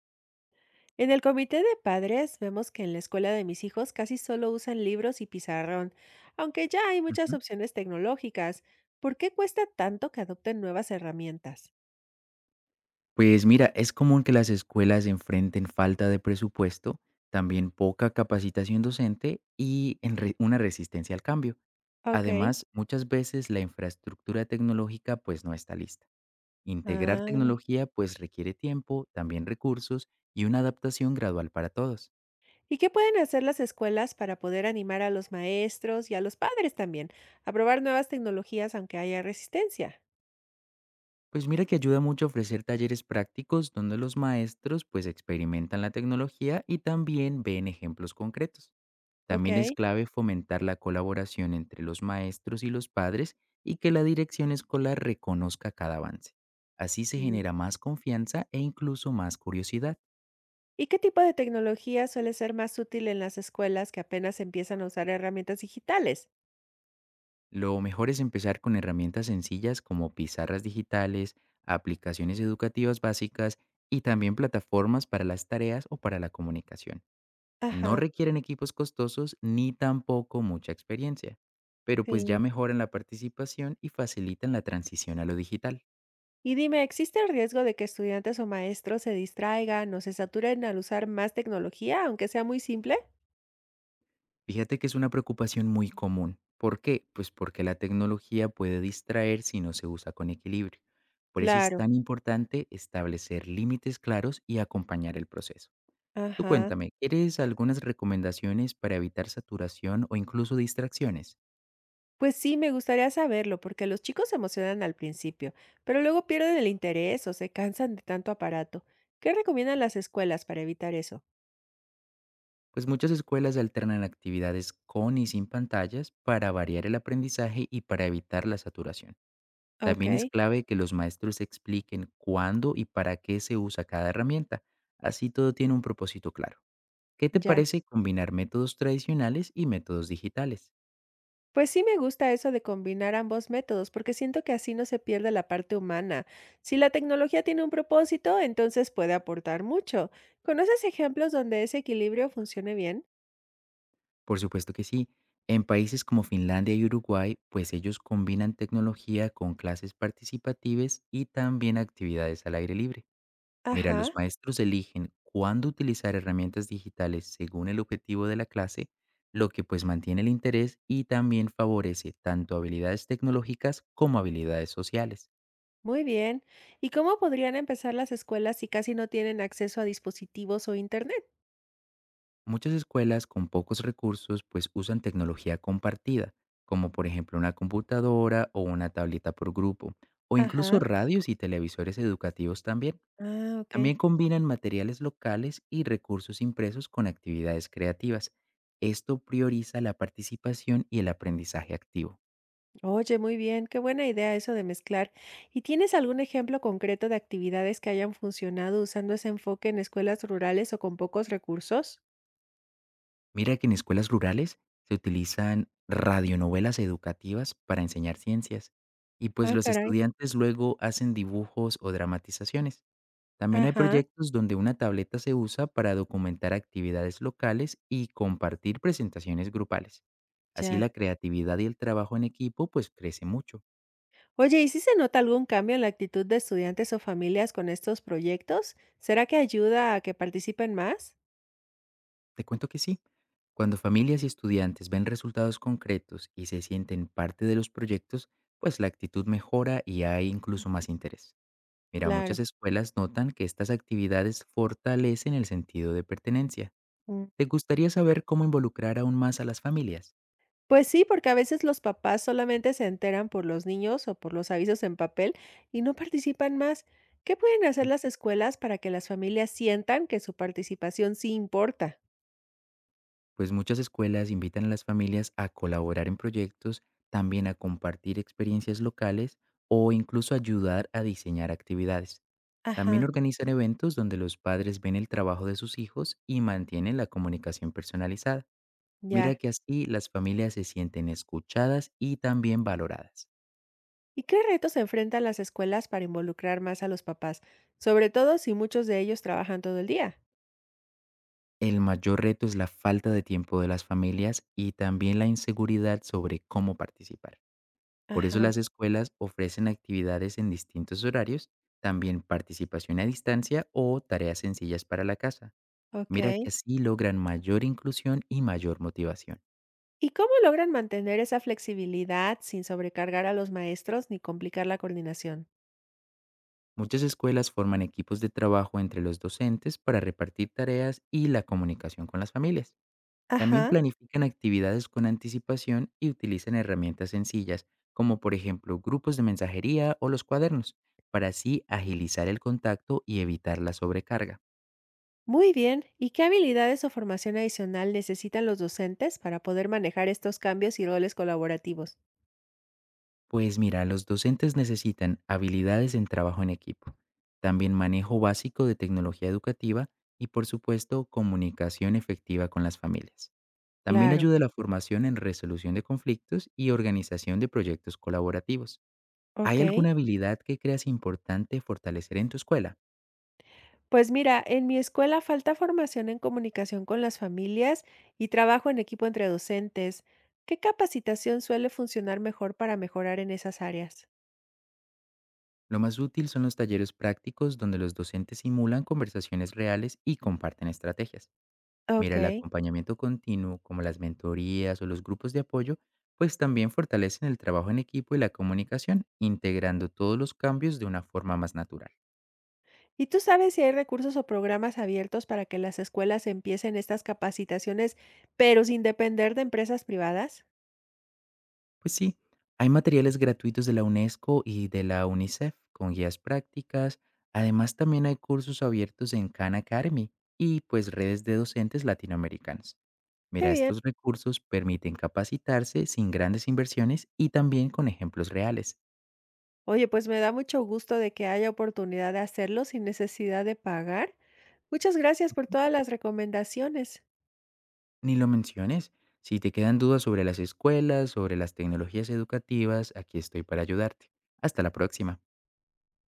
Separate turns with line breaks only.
En el comité de padres vemos que en la escuela de mis hijos casi solo usan libros y pizarrón, aunque ya hay muchas
Ujú.
opciones tecnológicas. ¿Por qué cuesta tanto que adopten nuevas herramientas?
Pues mira, es común que las escuelas enfrenten falta de presupuesto, también poca capacitación docente y una resistencia al cambio.
Ok.
Además, muchas veces la infraestructura tecnológica pues no está lista. Integrar
Ah.
tecnología pues requiere tiempo, también recursos y una adaptación gradual para todos.
¿Y qué pueden hacer las escuelas para poder animar a los maestros y a los padres también a probar nuevas tecnologías aunque haya resistencia?
Pues mira que ayuda mucho ofrecer talleres prácticos donde los maestros pues experimentan la tecnología y también ven ejemplos concretos.
Ok.
También es clave fomentar la colaboración entre los maestros y los padres y que la dirección escolar reconozca cada avance. Así se
Mm.
genera más confianza e incluso más curiosidad.
¿Y qué tipo de tecnología suele ser más útil en las escuelas que apenas empiezan a usar herramientas digitales?
Lo mejor es empezar con herramientas sencillas como pizarras digitales, aplicaciones educativas básicas y también plataformas para las tareas o para la comunicación. No
Ajá,
requieren equipos costosos ni tampoco mucha experiencia, pero pues
sí.
ya mejoran la participación y facilitan la transición a lo digital.
Y dime, ¿existe el riesgo de que estudiantes o maestros se distraigan o se saturen al usar más tecnología, aunque sea muy simple?
Fíjate que es una preocupación muy común. ¿Por qué? Pues porque la tecnología puede distraer si no se usa con equilibrio. Por eso es
Claro,
tan importante establecer límites claros y acompañar el proceso. Tú
ajá.
cuéntame, ¿quieres algunas recomendaciones para evitar saturación o incluso distracciones?
Pues sí, me gustaría saberlo, porque los chicos se emocionan al principio, pero luego pierden el interés o se cansan de tanto aparato. ¿Qué recomiendan las escuelas para evitar eso?
Pues muchas escuelas alternan actividades con y sin pantallas para variar el aprendizaje y para evitar la saturación.
Ok,
También es clave que los maestros expliquen cuándo y para qué se usa cada herramienta. Así todo tiene un propósito claro. ¿Qué te
ya.
parece combinar métodos tradicionales y métodos digitales?
Pues sí me gusta eso de combinar ambos métodos, porque siento que así no se pierde la parte humana. Si la tecnología tiene un propósito, entonces puede aportar mucho. ¿Conoces ejemplos donde ese equilibrio funcione bien?
Por supuesto que sí. En países como Finlandia y Uruguay, pues ellos combinan tecnología con clases participativas y también actividades al aire libre. Mira, los
Ajá,
maestros eligen cuándo utilizar herramientas digitales según el objetivo de la clase, lo que pues mantiene el interés y también favorece tanto habilidades tecnológicas como habilidades sociales.
muy bien. ¿Y cómo podrían empezar las escuelas si casi no tienen acceso a dispositivos o internet?
Muchas escuelas con pocos recursos pues usan tecnología compartida, como por ejemplo una computadora o una tableta por grupo, o incluso
Ajá,
radios y televisores educativos también.
ah, ok.
También combinan materiales locales y recursos impresos con actividades creativas. Esto prioriza la participación y el aprendizaje activo.
Oye, muy bien, qué buena idea eso de mezclar. ¿Y tienes algún ejemplo concreto de actividades que hayan funcionado usando ese enfoque en escuelas rurales o con pocos recursos?
Mira que en escuelas rurales se utilizan radionovelas educativas para enseñar ciencias y pues
Ah,
los
caray.
estudiantes luego hacen dibujos o dramatizaciones. También hay
Ajá,
proyectos donde una tableta se usa para documentar actividades locales y compartir presentaciones grupales. Así
ya.
la creatividad y el trabajo en equipo pues crece mucho.
Oye, ¿y si se nota algún cambio en la actitud de estudiantes o familias con estos proyectos? ¿Será que ayuda a que participen más?
Te cuento que sí. Cuando familias y estudiantes ven resultados concretos y se sienten parte de los proyectos, pues la actitud mejora y hay incluso más interés. Mira,
Claro.
muchas escuelas notan que estas actividades fortalecen el sentido de pertenencia.
Mm.
¿Te gustaría saber cómo involucrar aún más a las familias?
Pues sí, porque a veces los papás solamente se enteran por los niños o por los avisos en papel y no participan más. ¿Qué pueden hacer las escuelas para que las familias sientan que su participación sí importa?
Pues muchas escuelas invitan a las familias a colaborar en proyectos, también a compartir experiencias locales o incluso ayudar a diseñar actividades.
Ajá,
También organizan eventos donde los padres ven el trabajo de sus hijos y mantienen la comunicación personalizada. Mira
ya.
que así las familias se sienten escuchadas y también valoradas.
¿Y qué retos se enfrentan las escuelas para involucrar más a los papás? Sobre todo si muchos de ellos trabajan todo el día.
El mayor reto es la falta de tiempo de las familias y también la inseguridad sobre cómo participar. Por eso
Ajá,
las escuelas ofrecen actividades en distintos horarios, también participación a distancia o tareas sencillas para la casa.
ok.
Mira que así logran mayor inclusión y mayor motivación.
¿Y cómo logran mantener esa flexibilidad sin sobrecargar a los maestros ni complicar la coordinación?
Muchas escuelas forman equipos de trabajo entre los docentes para repartir tareas y la comunicación con las familias. También
Ajá.
planifican actividades con anticipación y utilizan herramientas sencillas, como por ejemplo grupos de mensajería o los cuadernos, para así agilizar el contacto y evitar la sobrecarga.
Muy bien, ¿y qué habilidades o formación adicional necesitan los docentes para poder manejar estos cambios y roles colaborativos?
Pues mira, los docentes necesitan habilidades en trabajo en equipo, también manejo básico de tecnología educativa y por supuesto comunicación efectiva con las familias. También
Claro,
ayuda la formación en resolución de conflictos y organización de proyectos colaborativos. ¿Hay
ok.
alguna habilidad que creas importante fortalecer en tu escuela?
Pues mira, en mi escuela falta formación en comunicación con las familias y trabajo en equipo entre docentes. ¿Qué capacitación suele funcionar mejor para mejorar en esas áreas?
Lo más útil son los talleres prácticos donde los docentes simulan conversaciones reales y comparten estrategias.
Ok.
Mira, el acompañamiento continuo, como las mentorías o los grupos de apoyo, pues también fortalecen el trabajo en equipo y la comunicación, integrando todos los cambios de una forma más natural.
¿Y tú sabes si hay recursos o programas abiertos para que las escuelas empiecen estas capacitaciones, pero sin depender de empresas privadas?
Pues sí, hay materiales gratuitos de la UNESCO y de la UNICEF con guías prácticas. Además, también hay cursos abiertos en Khan Academy y pues redes de docentes latinoamericanos.
Qué
Mira,
bien.
estos recursos permiten capacitarse sin grandes inversiones y también con ejemplos reales.
Oye, pues me da mucho gusto de que haya oportunidad de hacerlo sin necesidad de pagar. Muchas gracias por todas las recomendaciones.
Ni lo menciones. Si te quedan dudas sobre las escuelas, sobre las tecnologías educativas, aquí estoy para ayudarte. Hasta la próxima.